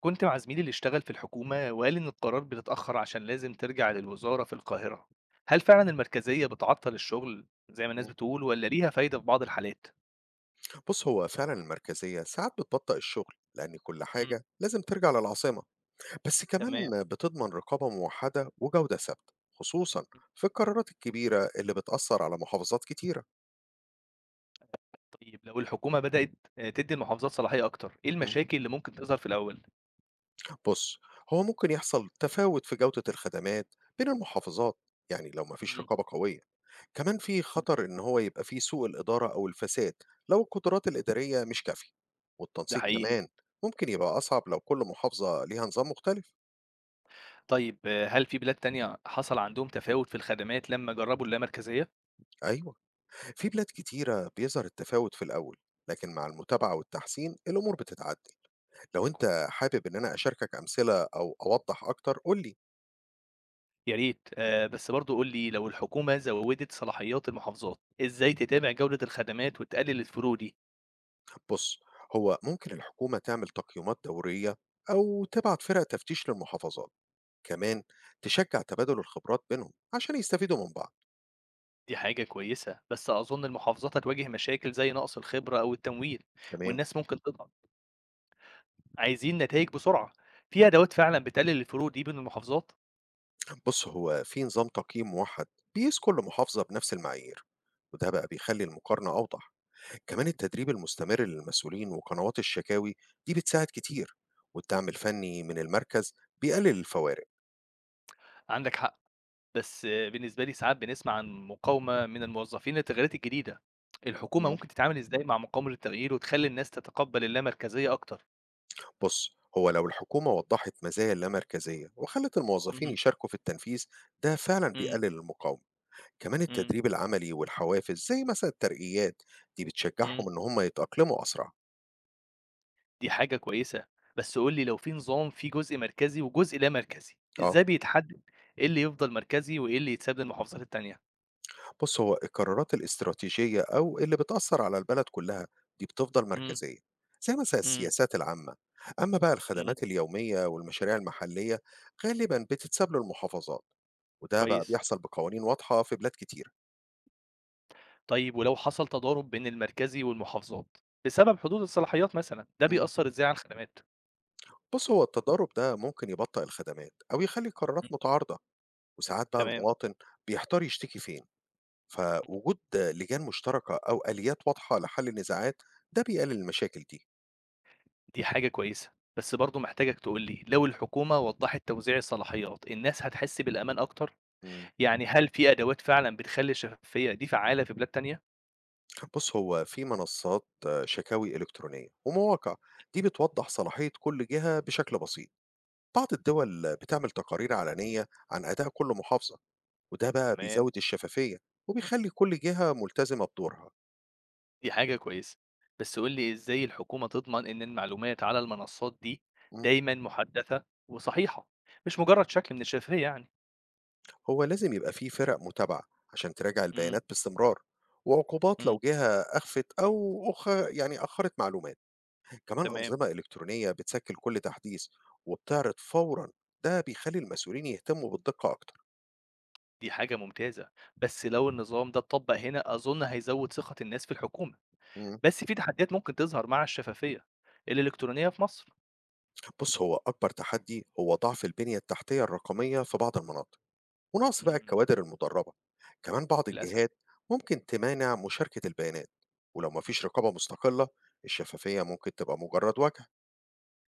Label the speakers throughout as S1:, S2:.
S1: كنت مع زميلي اللي اشتغل في الحكومة وقال إن القرار بيتأخر عشان لازم ترجع للوزارة في القاهرة. هل فعلا المركزية بتعطل الشغل زي ما الناس
S2: مم.
S1: بتقول ولا ليها فايدة في بعض الحالات؟
S2: بص، هو فعلا المركزية ساعات بتبطئ الشغل لأن كل
S1: مم.
S2: حاجة لازم ترجع للعاصمة، بس
S1: تمام.
S2: كمان بتضمن رقابة موحدة وجودة ثابتة، خصوصا
S1: مم.
S2: في القرارات الكبيرة اللي بتأثر على محافظات كتيرة.
S1: طيب لو الحكومة بدأت تدي المحافظات صلاحية أكتر، إيه
S2: مم.
S1: المشاكل اللي ممكن تظهر في الأول؟
S2: بص، هو ممكن يحصل تفاوت في جودة الخدمات بين المحافظات، يعني لو مفيش
S1: مم.
S2: رقابة قوية. كمان في
S1: مم.
S2: خطر إن هو يبقى فيه سوء الإدارة أو الفساد لو القدرات الإدارية مش كافية،
S1: ده
S2: والتنسيق
S1: حقيقي.
S2: كمان ممكن يبقى أصعب لو كل محافظة ليها نظام مختلف.
S1: طيب هل في بلاد تانية حصل عندهم تفاوت في الخدمات لما جربوا اللامركزية؟
S2: أيوة، في بلاد كتيرة بيظهر التفاوت في الأول، لكن مع المتابعة والتحسين الأمور بتتعدل. لو
S1: كويس.
S2: أنت حابب إن أنا أشاركك أمثلة أو أوضح أكتر قول لي.
S1: يا ريت، بس برضو قول لي لو الحكومة زودت صلاحيات المحافظات، ازاي تتابع جودة الخدمات وتقلل الفروق دي؟
S2: بص، هو ممكن الحكومة تعمل تقييمات دورية أو تبعت فرق تفتيش للمحافظات، كمان تشجع تبادل الخبرات بينهم عشان يستفيدوا من بعض.
S1: دي حاجة كويسة، بس أظن المحافظات هتواجه مشاكل زي نقص الخبرة أو التمويل،
S2: تمام.
S1: والناس ممكن تضغط، عايزين نتايج بسرعة. في أدوات فعلًا بتقلل الفروق دي بين المحافظات؟
S2: بص، هو في نظام تقييم موحد بيقيس كل محافظة بنفس المعايير، وده بقى بيخلي المقارنة أوضح. كمان التدريب المستمر للمسؤولين وقنوات الشكاوي دي بتساعد كتير، والدعم الفني من المركز بيقلل الفوارق.
S1: عندك حق، بس بالنسبة لي ساعات بنسمع عن مقاومة من الموظفين للتغييرات الجديدة. الحكومة
S2: مم.
S1: ممكن تتعامل إزاي مع مقاومة التغيير وتخلي الناس تتقبل اللامركزية أكتر؟
S2: بص، هو لو الحكومة وضحت مزايا اللامركزية وخلت الموظفين
S1: اهم.
S2: يشاركوا في التنفيذ، ده فعلا
S1: إمم.
S2: بيقلل المقاومة. كمان
S1: إمم.
S2: التدريب العملي والحوافز زي مثلا الترقيات دي
S1: إمم.
S2: بتشجعهم إن هم يتأقلموا أسرع.
S1: دي حاجة كويسة، بس قُل لي لو في نظام فيه جزء مركزي وجزء لا مركزي،
S2: اه.
S1: إزاي بيتحدد إيه اللي يفضل مركزي وإيه اللي يتساب للمحافظات التانية؟
S2: بُص، هو القرارات الاستراتيجية أو اللي بتأثّر على البلد كلّها دي بتفضل
S1: إمم.
S2: مركزية، زي مثلًا
S1: إمم.
S2: السياسات العامة، أمّا بقى
S1: إمم.
S2: الخدمات اليومية والمشاريع المحلية غالبًا بتتساب للمحافظات، وده بقى
S1: كويس.
S2: بيحصل بقوانين واضحة في بلاد كتيرة.
S1: طيب ولو حصل تضارب بين المركزي والمحافظات بسبب حدود الصلاحيات مثلًا، ده
S2: إمم.
S1: بيأثّر إزاي على الخدمات؟
S2: بُص، هو التضارب ده ممكن يبطّئ الخدمات أو يخلّي القرارات
S1: إمم.
S2: متعارضة، وساعات بقى
S1: تمام.
S2: المواطن بيحتار يشتكي فين،
S1: إمم.
S2: فوجود لجان مشتركة أو آليات واضحة لحل النزاعات ده بيقلل المشاكل دي.
S1: دي حاجة كويسة، بس برضه محتاجك تقول لي لو الحكومة وضّحت توزيع الصلاحيات، الناس هتحس بالأمان أكتر؟
S2: إمم.
S1: يعني هل في أدوات فعلًا بتخلّي الشفافية دي فعّالة في بلاد تانية؟
S2: بُص، هو في منصات شكاوي إلكترونية ومواقع، دي بتوضّح صلاحية كل جهة بشكل بسيط. بعض الدول بتعمل تقارير علنية عن أداء كل محافظة، وده بقى
S1: تمام.
S2: بيزود الشفافية وبيخلي كل جهة ملتزمة بدورها.
S1: دي حاجة كويسة، بس قُل لي إزاي الحكومة تضمن إن المعلومات على المنصات دي
S2: إمم.
S1: دايمًا مُحدّثة وصحيحة، مش مجرّد شكل من الشفافية يعني؟
S2: هو لازم يبقى في فرق متابعة عشان تراجع
S1: إمم.
S2: البيانات باستمرار، وعقوبات
S1: إمم.
S2: لو جهة أخفت أو أخ يعني أخّرت معلومات. كمان
S1: تمام.
S2: أنظمة إلكترونية بتسجل كل تحديث وبتعرض فورًا، ده بيخلي المسؤولين يهتموا بالدقة أكتر.
S1: دي حاجة ممتازة، بس لو النظام ده اتطبق هنا أظن هيزود ثقة الناس في الحكومة.
S2: إمم.
S1: بس في تحديات ممكن تظهر مع الشفافية الإلكترونية في مصر.
S2: بص، هو أكبر تحدي هو ضعف البنية التحتية الرقمية في بعض المناطق ونقص بقى
S1: إمم.
S2: الكوادر المدربة. كمان بعض
S1: للأسف.
S2: الجهات ممكن تمانع مشاركة البيانات، ولو مفيش رقابة مستقلة الشفافية ممكن تبقى مجرد وجع.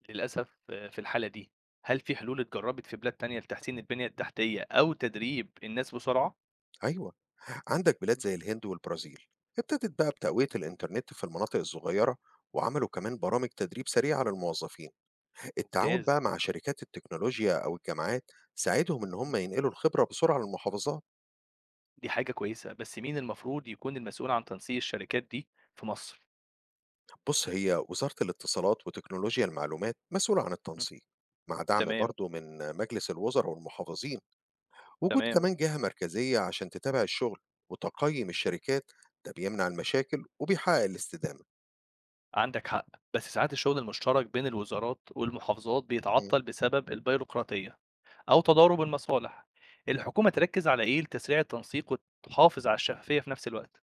S1: للأسف، في الحالة دي، هل في حلول اتجربت في بلاد تانية لتحسين البنية التحتية أو تدريب الناس بسرعة؟
S2: أيوة، عندك بلاد
S1: إمم.
S2: زي الهند والبرازيل، ابتدت بقى بتقوية الإنترنت في المناطق الصغيرة، وعملوا كمان برامج تدريب سريع على الموظفين. التعاون
S1: ممتاز.
S2: بقى مع شركات التكنولوجيا أو الجامعات ساعدهم إن
S1: إمم.
S2: هم ينقلوا الخبرة بسرعة للمحافظات.
S1: دي حاجة كويسة، بس مين المفروض يكون المسؤول عن تنسيق الشركات دي في مصر؟
S2: بُص، هي وزارة الاتصالات وتكنولوجيا المعلومات مسؤولة عن
S1: إمم.
S2: التنسيق، مع دعم
S1: تمام.
S2: برضه من مجلس الوزراء والمحافظين، وجود
S1: تمام.
S2: كمان جهة مركزية عشان تتابع الشغل وتقيّم الشركات، ده بيمنع المشاكل وبيحقق الاستدامة.
S1: عندك حق، بس ساعات الشغل المشترك بين الوزارات والمحافظات
S2: إمم.
S1: بيتعطل بسبب البيروقراطية أو تضارب المصالح. الحكومة تركز على إيه لتسريع التنسيق وتحافظ على الشفافية في نفس الوقت؟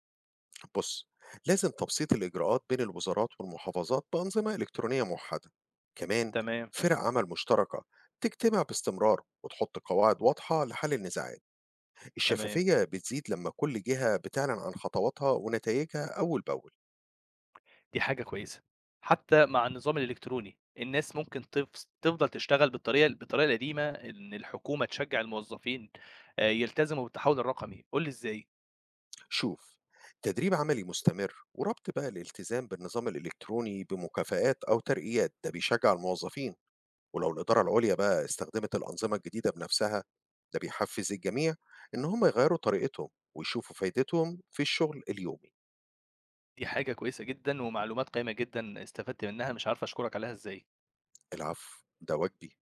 S2: بُص، لازم تبسيط الإجراءات بين الوزارات والمحافظات بأنظمة إلكترونية موحدة، كمان
S1: تمام.
S2: فرق عمل مشتركة تجتمع باستمرار وتحط قواعد واضحة لحل النزاعات.
S1: تمام.
S2: الشفافية بتزيد لما كل جهة بتعلن عن خطواتها ونتايجها أول بأول.
S1: دي حاجة كويسة. حتى مع النظام الإلكتروني الناس ممكن تفضل تشتغل بالطريقة القديمة. إن الحكومة تشجع الموظفين يلتزموا بالتحول الرقمي، قول لي إزاي.
S2: شوف، تدريب عملي مستمر وربط بقى الالتزام بالنظام الإلكتروني بمكافآت أو ترقيات ده بيشجع الموظفين، ولو الإدارة العليا بقى استخدمت الأنظمة الجديدة بنفسها ده بيحفز الجميع إن هم يغيروا طريقتهم ويشوفوا فايدتهم في الشغل اليومي.
S1: دي حاجة كويسة جدا ومعلومات قيمة جدا استفدت منها، مش عارف أشكرك عليها إزاي.
S2: العفو، ده واجبي.